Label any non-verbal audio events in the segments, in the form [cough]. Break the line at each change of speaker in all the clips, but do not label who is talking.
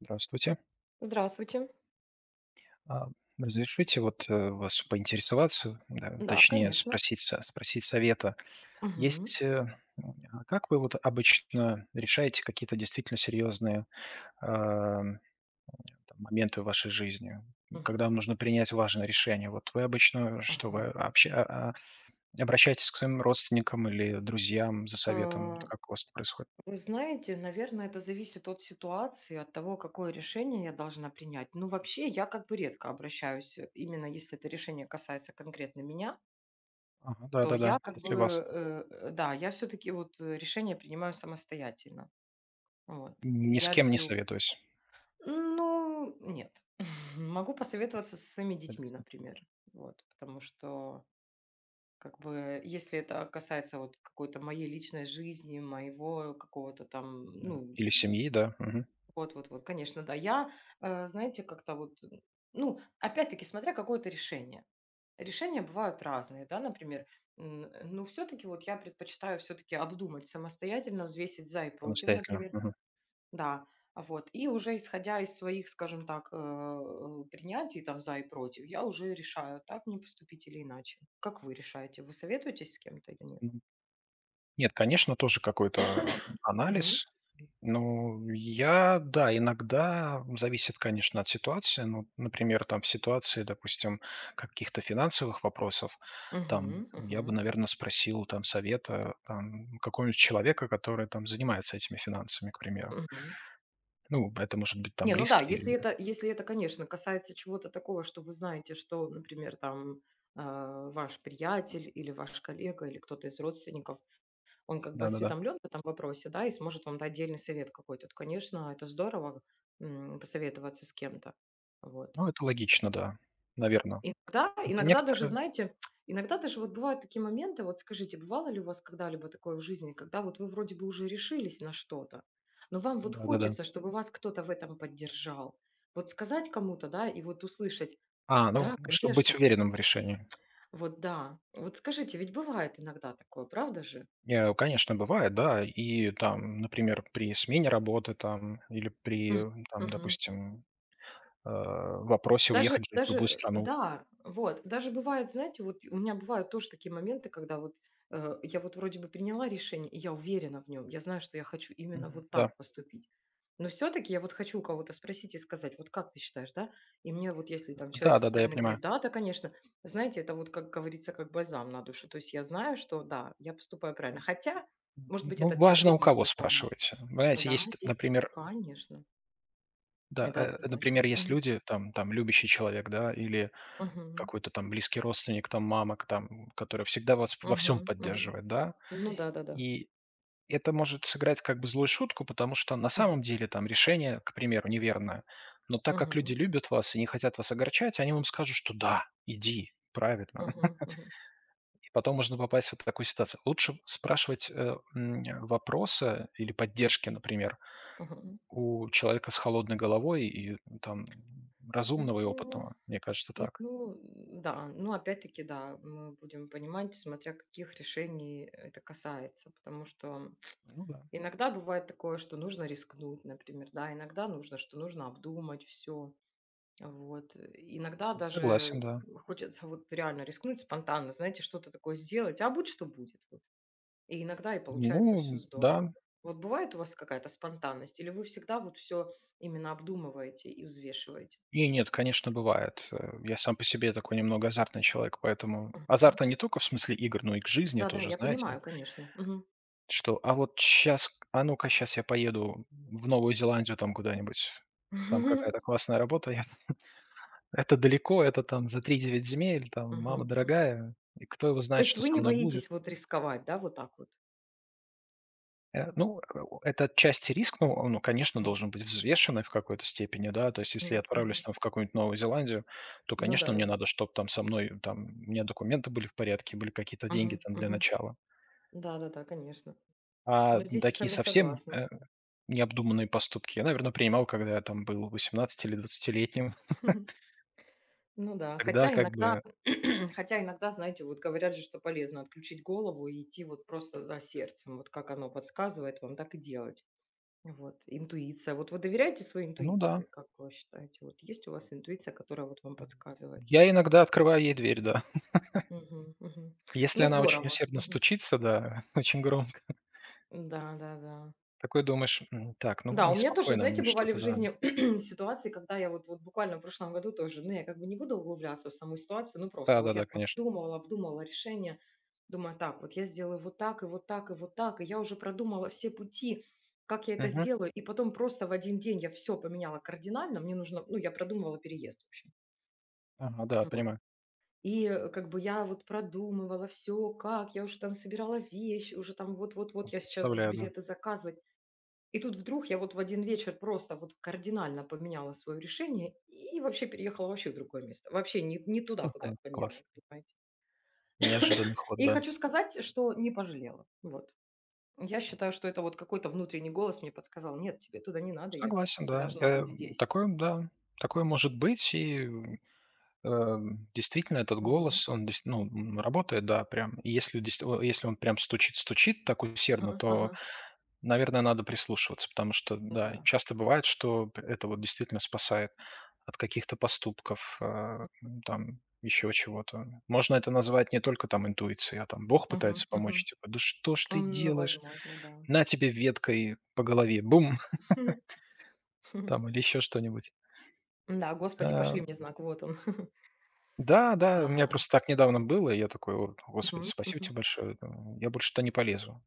Здравствуйте.
Здравствуйте.
А, Разрешите вот вас поинтересоваться, да,
Да,
точнее
конечно.
спросить, спросить совета.
Мгм.
Есть, э, м, а как вы вот обычно решаете какие-то действительно серьезные а, там, моменты в вашей жизни, когда
Мгм.
вам нужно принять важное решение? Вот вы обычно что,
Ага.
вы обща- а, обращаетесь к своим родственникам или друзьям за советом?
А,
Как у вас это происходит?
Вы знаете, наверное, это зависит от ситуации, от того, какое решение я должна принять. Ну, вообще, я как бы редко обращаюсь, именно если это решение касается конкретно меня,
Ага,
то
да-да-да,
я как бы,
если вас
да, я все-таки вот решение принимаю самостоятельно. Вот.
ни с
Я
кем не
люблю.
советуюсь,
Ну, нет. [laughs] Могу посоветоваться со своими детьми,
соответственно.
например. Вот, потому что как бы, если это касается вот какой-то моей личной жизни, моего какого-то там,
Да.
ну,
Или семьи, да, мгм,
вот, вот, вот, конечно, да. Знаете, как-то вот, ну, опять-таки, смотря какое то решение. Решения бывают разные, да, например, ну, все-таки вот я предпочитаю все-таки обдумать самостоятельно, взвесить за и против,
самостоятельно.
например, да, а вот, и уже исходя из своих, скажем так, принятий там за и против, я уже решаю, так мне поступить или иначе. Как вы решаете? Вы советуетесь с кем-то или нет?
М, нет, конечно, тоже какой-то,
Мгм.
анализ. Ну, я, да, иногда, зависит, конечно, от ситуации. Ну, например, там в ситуации, допустим, каких-то финансовых вопросов,
Мгм.
там
Мгм.
я бы, наверное, спросил там совета, там, какого-нибудь человека, который там занимается этими финансами, к примеру.
Мгм.
Ну, это может быть там
Не, ну да,
близкий
если
или.
это если это, конечно, касается чего-то такого, что вы знаете, что, например, там, ваш приятель или ваш коллега, или кто-то из родственников, он как бы
Да-да-да.
осведомлен в этом вопросе, да, и сможет вам дать отдельный совет какой-то, то, конечно, это здорово, посоветоваться с кем-то. Вот.
Ну, это логично, да, наверное.
Иногда
Хотя
иногда даже,
некоторые.
знаете, иногда даже вот бывают такие моменты, вот скажите, бывало ли у вас когда-либо такое в жизни, когда вот вы вроде бы уже решились на что-то, но вам вот
Да-да-да.
хочется, чтобы вас кто-то в этом поддержал. Вот сказать кому-то, да, и вот услышать:
Ну,
"Да,
чтобы
конечно,
быть уверенным в решении.
вот да". Вот скажите, ведь бывает иногда такое, правда же?
Конечно, бывает, да. И там, например, при смене работы там или при, там,
Мгм.
допустим, вопросе
Даже
уехать жить в
даже,
другую страну.
да, вот. Даже бывает, знаете, вот у меня бывают тоже такие моменты, когда вот, я вот вроде бы приняла решение, и я уверена в нем, я знаю, что я хочу именно
Мгм.
вот
Да.
так поступить. Но все таки я вот хочу у кого-то спросить и сказать: "Вот как ты считаешь, да?" И мне вот если там человек со
Да-да-да, я
стороны говорит:
понимаю.
"Да, да, конечно", знаете, это вот, как говорится, как бальзам на душу. То есть я знаю, что да, я поступаю правильно. Хотя, может
Н
быть,
ну,
этот
важно,
человек
у
мой
кого
знакомый.
спрашиваете. Понимаете,
Да,
есть,
здесь,
например,
конечно,
да,
это однозначно.
например, есть
Мгм.
люди, там любящий человек, да, или
Мгм.
какой-то там близкий родственник, там мама, к там, которая всегда вас во
Мгм.
всем
Мгм.
поддерживает, да.
Ну да-да-да.
И это может сыграть как бы злую шутку, потому что на
Мгм.
самом деле там решение, к примеру, неверное. Но так как люди
Мгм.
любят вас и не хотят вас огорчать, они вам скажут, что да, иди, правильно. [laughs]
Мгм. Мгм.
И потом можно попасть в вот такую ситуацию. Лучше спрашивать вопросы или поддержки, например,
Мгм.
у человека с холодной головой и там разумного и
Ну,
опытного. Мне кажется, так.
ну, да, ну, опять-таки, да, мы будем понимать, смотря каких решений это касается, потому что
Ну да,
иногда бывает такое, что нужно рискнуть, например, да, иногда нужно, что нужно обдумать все, вот. Иногда даже
согласен, да.
хочется вот реально рискнуть спонтанно, знаете, что-то такое сделать, а будь что будет, вот. И иногда и получается все
Ну да,
здорово. Вот бывает у вас какая-то спонтанность или вы всегда вот все именно обдумываете и взвешиваете?
и нет, конечно, бывает. Я сам по себе такой немного азартный человек, поэтому
Мгм.
азартно не только в смысле игр, но и к жизни
Да-да,
тоже,
я
знаете,
понимаю, конечно. Мгм.
что вот сейчас, ну-ка сейчас я поеду в Новую Зеландию там куда-нибудь, там какая-то
[laughs]
классная работа, [laughs] это далеко, это там за 3-9 земель, там мама
Мгм, мгм.
дорогая, и кто его
То
знает,
есть
что
вы
со
не
мной будет.
боитесь вот рисковать, да, вот так вот?
Э, ну, э, это отчасти риск, но он, ну, конечно, должен быть взвешенный в какой-то степени, да. То есть если я
Мгм,
отправлюсь
мгм.
там в какую-нибудь Новую Зеландию, то,
Ну
конечно, мне
да-да-да.
надо, чтобы там со мной, там, у меня документы были в порядке, были какие-то деньги
Мгм,
там для
мгм.
начала.
Да-да-да, конечно.
А
Ну, здесь я с
такие
вами
совсем,
согласна.
необдуманные поступки я, наверное, принимал, когда я там был 18 или 20.
[laughs] Ну да,
Тогда
хотя
как
иногда,
бы,
[clears throat] хотя иногда, знаете, вот говорят же, что полезно отключить голову и идти вот просто за сердцем, вот как оно подсказывает вам, так и делать. Вот, интуиция. Вот вы доверяете своей
ну да,
интуиции, как вы считаете? Вот есть у вас интуиция, которая вот вам подсказывает?
я иногда открываю ей дверь, да.
Мгм, мгм.
Если
Ну
она очень
здорово.
усердно
Мгм.
стучится, да, [laughs] очень громко,
Да, да, да.
такой думаешь: "М, так, ну,
Да, у меня тоже,
неспокойно
знаете,
мне
бывали в
что-то, да".
жизни [clears throat] ситуации, когда я вот, вот буквально в прошлом году тоже, ну, я как бы не буду углубляться в саму ситуацию, ну, просто вот я
Да-да-да,
там
конечно.
думала, обдумала решение, думаю, так, вот я сделаю вот так, и вот так, и вот так, и я уже продумала все пути, как я это
Мгм.
сделаю, и потом просто в один день я все поменяла кардинально, мне нужно, ну, я продумывала переезд, в общем.
Ага, да,
Вот.
понимаю.
Как бы я вот продумывала все, как, я уже там собирала вещи, уже там вот-вот-вот
Вот
я сейчас буду
представляю, да.
билеты заказывать, и тут вдруг я вот в один вечер просто вот кардинально поменяла свое решение и вообще переехала вообще в другое место. Вообще не, не туда, куда я
Ага,
планировала,
класс.
понимаете.
Неожиданный ход,
И
да.
хочу сказать, что не пожалела. Вот. Я считаю, что это вот какой-то внутренний голос мне подсказал, нет, тебе туда не надо ехать,
Согласен,
ты
да.
должна
Э,
быть
м,
здесь.
такое, да, такое может быть. И э, действительно этот
Мгм.
голос, он ну, работает, да, прям. И Если, дес- о, если он прям стучит-стучит так усердно,
Ага,
то
ага.
наверное, надо прислушиваться, потому что, да,
Да.
часто бывает, что это вот действительно спасает от каких-то поступков, там еще чего-то. Можно это назвать не только там интуицией, а там Бог пытается
Мгм,
помочь,
мгм.
типа: "Да что ж ты
Ну,
делаешь?
возможно, да.
На тебе веткой по голове, бум!" [laughs]
[laughs]
Там или еще что-нибудь.
Да, Господи,
А,
пошли мне знак, вот он. [laughs]
да, да, у меня
Да.
просто так недавно было, и я такой: "О, Господи,
Мгм,
спасибо
мгм.
тебе большое, там, я больше туда не полезу".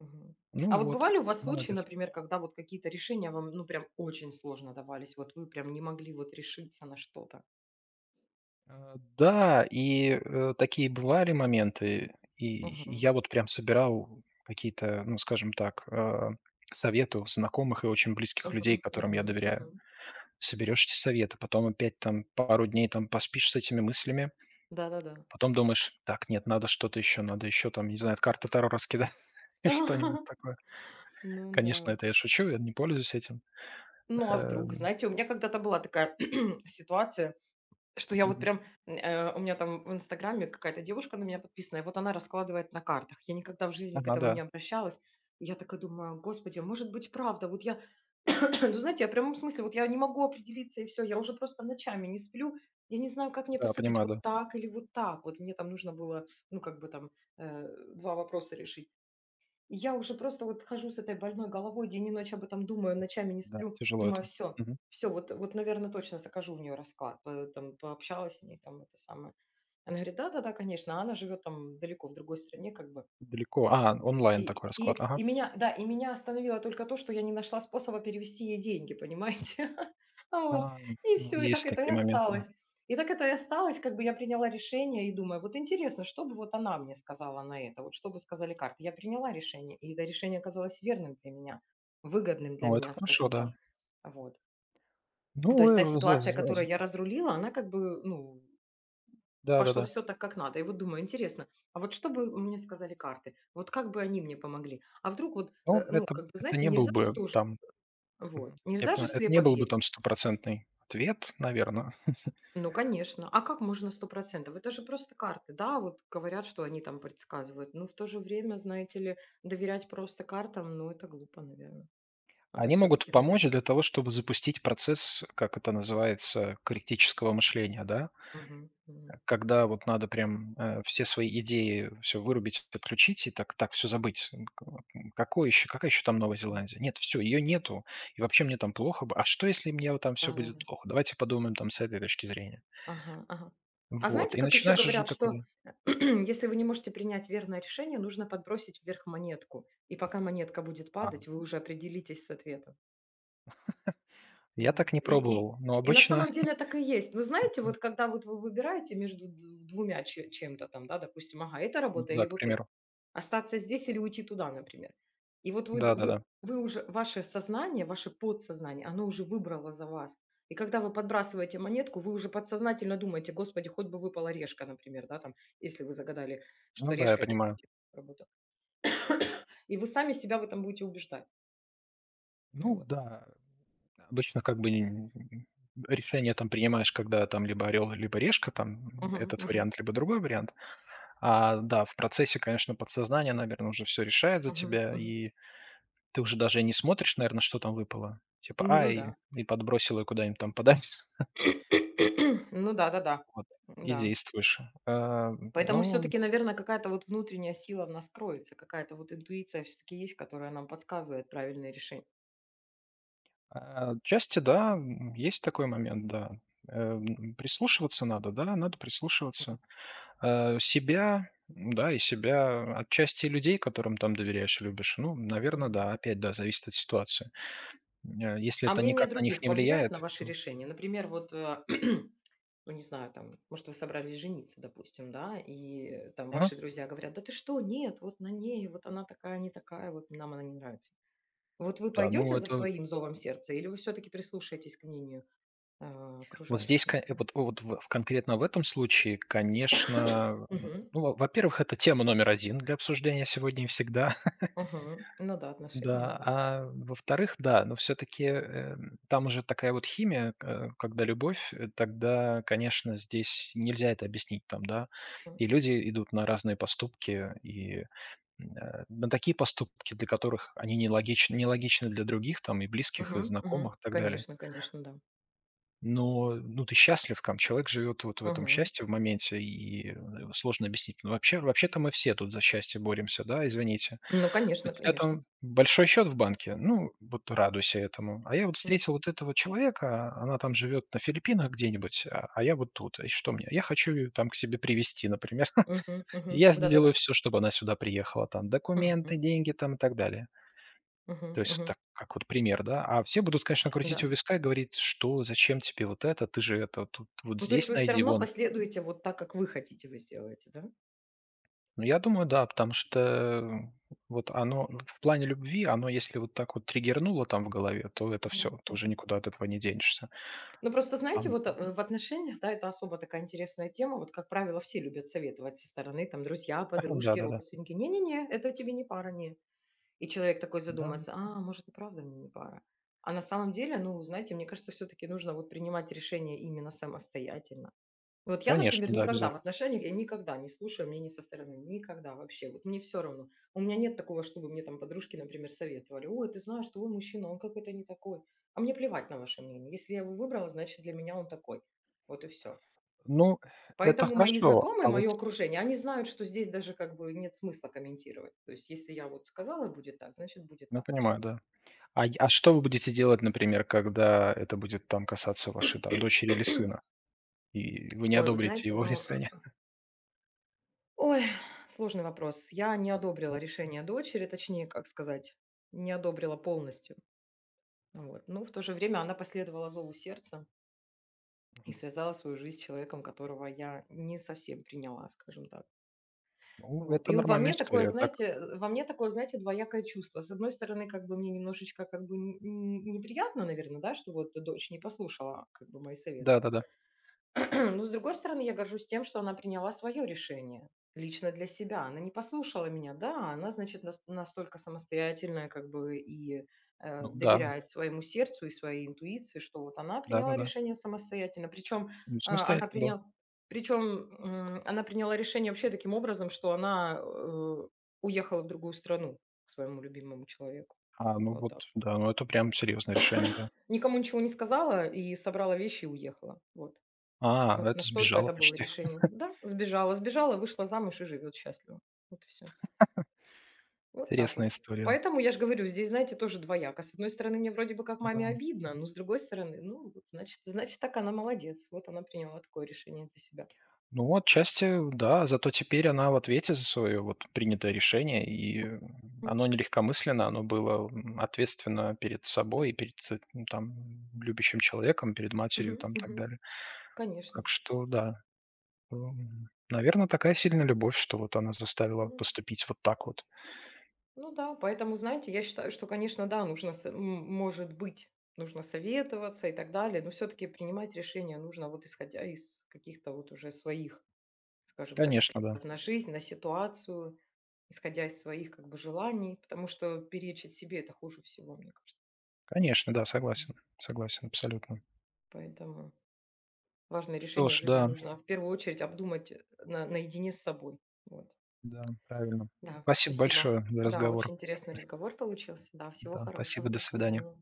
Мгм. А
Ну
вот
вот,
бывали у вас случаи,
молодец.
например, когда вот какие-то решения вам, ну, прям очень сложно давались, вот вы прям не могли вот решиться на что-то?
Да, и, такие бывали моменты. И
Мгм.
я вот прям собирал какие-то, ну, скажем так, советы у знакомых и очень близких людей,
Мгм.
которым я
Мгм.
доверяю.
Мгм.
Соберешь эти советы, потом опять там пару дней там поспишь с этими мыслями,
Да-да-да.
потом думаешь: "Так, нет, надо что-то еще, надо еще там, не знаю, карты Таро раскидать [laughs] или что-нибудь
[laughs]
такое".
Ну
Конечно,
да.
это я шучу, я не пользуюсь этим.
Ну, а
Э,
вдруг? Знаете, у меня когда-то была такая [clears throat] ситуация. Что я вот
мгм.
прям, у меня там в "Инстаграме" какая-то девушка на меня подписана, и вот она раскладывает на картах. Я никогда в жизни к
Ага,
этому не
да.
обращалась. И я такая думаю: "Господи, а может быть, правда?" Вот я, [clears throat] ну, знаете, я в прямом смысле, вот я не могу определиться, и все. Я уже просто ночами не сплю. Я не знаю, как мне
Да,
поступить:
понимаю,
вот
да.
так или вот так. Вот мне там нужно было, ну, как бы там, э, 2 вопроса решить. И я уже просто вот хожу с этой больной головой, день и ночь об этом думаю, ночами не
Да,
сплю,
тяжело
думаю,
это.
все,
Мгм.
все, вот, вот, наверное, точно закажу в нее расклад. Э, там, пообщалась с ней, там, это самое. Она говорит, да-да-да, конечно, а она живет там далеко в другой стране, как бы,
Далеко.
вот.
Онлайн
И
такой
и
расклад. Ага.
и меня да, и меня остановило только то, что я не нашла способа перевести ей деньги, понимаете? [laughs] А вот.
А,
И
ну,
все и так
есть
это и
такие моменты,
осталось.
да.
И так это и осталось. Как бы я приняла решение и думаю: "Вот интересно, что бы вот она мне сказала на это? Вот что бы сказали карты?" Я приняла решение, и это решение оказалось верным для меня, выгодным для
Ну, это
меня,
хорошо,
скажем так.
да.
Вот. То
Ну,
есть та
э, за
ситуация,
за
которую
за
я разрулила, она как бы, ну, пошло
да-да-да.
все так, как надо. И вот думаю, интересно, а вот что бы мне сказали карты? Вот как бы они мне помогли? А вдруг вот,
Ну,
ну,
это
как бы,
это
знаете,
не был
нельзя же
бы
тоже,
там,
вот,
я
нельзя же
понимаю, это
слепо
не был бы там
верить.
стопроцентный ответ, наверное.
Ну, конечно, а как можно 100? Это же просто карты, да, вот говорят, что они там предсказывают. Ну в то же время, знаете ли, доверять просто картам, ну, это глупо, наверное. Это
Они
все
могут
таки
помочь
наверное.
для того, чтобы запустить процесс, как это называется, критического мышления, да? Когда вот надо прям, все свои идеи все вырубить, подключить и так все забыть. М, к вот, м, какой еще какая еще там Новая Зеландия? Нет, все ее нету. И вообще мне там плохо б А что, если мне вот там все будет
Да-да-да.
плохо? Давайте подумаем там с этой точки зрения.
Ага, ага. А
Вот.
знаете,
И
как еще
начинаешь уже
говорят,
такой,
что
да.
[clears throat] если вы не можете принять верное решение, нужно подбросить вверх монетку. И пока монетка будет
А,
падать, вы уже определитесь с ответом.
я
Вот.
так не пробовал, но
И на
обычно
самом деле
[laughs]
так и есть. Но знаете, вот когда вот вы выбираете между д- двумя че- чем-то там, да, допустим, ага, эта
ну
работа или
да, к
вот
примеру.
остаться здесь или уйти туда, например. И вот вы вы
Да-да-да.
вы уже ваше сознание, ваше подсознание, оно уже выбрало за вас. И когда вы подбрасываете монетку, вы уже подсознательно думаете: "Господи, хоть бы выпала решка", например, да, там, если вы загадали, что
Ну да, я
решка — это
понимаю.
работа. И вы сами себя в этом будете убеждать.
Ну
Вот.
да, обычно как бы н н решение там принимаешь, когда там либо орел, либо решка, там,
Мгм,
этот
мгм,
вариант, либо другой вариант. Да, в процессе, конечно, подсознание, наверное, уже все решает за
мгм,
тебя,
мгм.
и ты уже даже и не смотришь, наверное, что там выпало. Типа, ай,
Ну да.
и подбросило куда-нибудь там подальше. [laughs]
[clears throat] Ну да-да-да.
Вот.
Да. Да.
И
Да.
действуешь. А,
Поэтому все
ну,
таки наверное, какая-то вот внутренняя сила в нас кроется, какая-то вот интуиция все таки есть, которая нам подсказывает правильное решение.
отчасти, да, есть такой момент, да. Прислушиваться надо, да, надо прислушиваться. Себя, да, и себя, отчасти и людей, которым там доверяешь и любишь. Ну, наверное,
Мгм.
да, опять, да, зависит от ситуации. Если
А
это
мнение
никак на них
других
не
повлияет на
влияет,
ваши
то.
решения? Например, вот, [clears throat] ну, не знаю, там, может, вы собрались жениться, допустим, да, и там ваши друзья говорят, да ты что, нет, вот на ней, вот она такая, не такая, вот нам она не нравится. Вот вы
Да, ну
пойдете за
это
своим зовом сердца, или вы все-таки прислушаетесь к мнению
вот здесь,
окружающих, например?
вот в конкретно в этом случае, конечно,
[coughs] Мгм.
ну, во во-первых, это тема номер один для обсуждения сегодня и всегда, [laughs]
Мгм. Ну да, отношения,
да.
любовь.
А во-вторых, да, но все таки там уже такая вот химия, когда любовь, тогда, конечно, здесь нельзя это объяснить там, да.
М.
И люди идут на разные поступки и, на такие поступки, для которых они нелогичны для других там и близких, и
Мгм. Мгм.
знакомых, и так далее.
Конечно, конечно, да.
Но, ну, ты счастлив там, человек живет вот в этом
Мгм.
счастье в моменте, и, сложно объяснить. Ну, вообще-то мы все тут за счастье боремся, да, извините.
Ну,
У
конечно,
тебя
конечно.
там большой счет в банке, ну, вот радуйся этому. А я вот
Ну,
встретил вот этого человека, а она там живет на Филиппинах где-нибудь, а я вот тут. И что мне? Я хочу ее там к себе привезти, например.
мгм.
[laughs]
Мгм.
Я сделаю
Да-да-да.
все, чтобы она сюда приехала, там
Мгм.
документы, деньги там и так далее.
Мгм,
То есть
мгм.
так, как вот пример, да. А все будут, конечно,
Да.
крутить у
М.
виска и говорить: "Что? Зачем тебе вот это? Ты же это тут вот
Ну, то есть
здесь
вы все
найди,
равно
вон".
последуете вот так, как вы хотите, вы сделаете, да?
Ну, я думаю, да, потому что, вот оно в плане любви, оно если вот так вот триггернуло там в голове, то это все,
Мгм,
ты уже
мгм.
никуда от этого не денешься.
Ну, просто знаете,
Там.
вот, в отношениях, да, это особо такая интересная тема. Вот, как правило, все любят советовать со стороны, там, друзья,
[laughs] Да-да-да.
подружки,
Да, да.
родственники. Не-не-не, это тебе не пара, не. И человек такой
Да,
задумается: "А, может, и правда мне не пара". А на самом деле, ну, знаете, мне кажется, все таки нужно вот принимать решение именно самостоятельно. Вот я, например,
конечно, да,
никогда в
обязательно.
отношениях, я никогда не слушаю мнений со стороны, никогда вообще, вот мне все равно. У меня нет такого, чтобы мне там подружки, например, советовали, ой, ты знаешь, твой мужчина, он какой-то не такой. А мне плевать на ваше мнение. Если я его выбрала, значит, для меня он такой. Вот и все.
Ну, это
Поэтому мои
хорошо,
знакомые,
а вот.
мое окружение, они знают, что здесь даже как бы нет смысла комментировать. То есть, если я вот сказала, будет так, значит, будет
Ну,
так.
понимаю, да. А й а что вы будете делать, например, когда это будет там касаться вашей там дочери или сына, и вы не
Ой, вы
одобрите
знаете,
его [laughs]
ну,
решение?
ой, сложный вопрос. Я не одобрила решение дочери, точнее, как сказать, не одобрила полностью. Вот. Но в то же время она последовала зову сердца и связала свою жизнь с человеком, которого я не совсем приняла, скажем так.
Ну,
Вот.
это нормальная история, так.
Во мне такое, знаете, двоякое чувство. С одной стороны, как бы мне немножечко как бы н- н- неприятно, наверное, да, что вот дочь не послушала как бы мои советы.
Да-да-да.
Ну, с другой стороны, я горжусь тем, что она приняла свое решение лично для себя. Она не послушала меня, да, она, значит, нас- настолько самостоятельная, как бы, и
Ну да,
доверяет своему сердцу и своей интуиции, что вот она приняла
да-да-да.
решение самостоятельно.
Ну,
Она
самостоятельно, да.
приняла, причем она приняла решение вообще таким образом, что она уехала в другую страну к своему любимому человеку.
Ну
Вот так.
вот, да, ну это прям серьезное решение, да.
Никому ничего не сказала и собрала вещи и уехала. Вот. Вот
Это
настолько
сбежала
это было
почти. [laughs]
решение. Да, сбежала, сбежала, вышла замуж и живет счастливо. Вот и все. Вот так
Интересная
вот.
история.
Поэтому я же говорю, здесь, знаете, тоже двояко. С одной стороны, мне вроде бы как маме
Да.
обидно, но с другой стороны, ну, вот значит, значит, так она молодец. Вот она приняла такое решение для себя.
Ну, вот, отчасти, да, зато теперь она в ответе за свое вот принятое решение, и,
М,
оно не легкомысленно, оно было, ответственно перед
да.
собой и перед, ну, там, любящим человеком, перед матерью,
Мгм,
там, и так
мгм.
далее.
Конечно.
Так что да, наверное, такая сильная любовь, что вот она заставила
Мгм.
поступить вот так вот.
Ну да, поэтому, знаете, я считаю, что, конечно, да, нужно, со- может быть, нужно советоваться и так далее, но все-таки принимать решение нужно вот исходя из каких-то вот уже своих. Скажем так, взгляд
Конечно, да.
на жизнь, на ситуацию, исходя из своих как бы желаний, потому что перечить себе — это хуже всего, мне кажется.
Конечно, да,
М,
согласен, согласен абсолютно.
поэтому важное
Что
решение в
ж,
жизни
да,
нужно в первую очередь обдумать, на наедине с собой. Вот.
да, правильно.
Да,
Спасибо
спасибо.
большое за
Да,
разговор.
очень интересный разговор получился. Да, всего
Да,
хорошего.
спасибо, до
До
свидания.
свидания.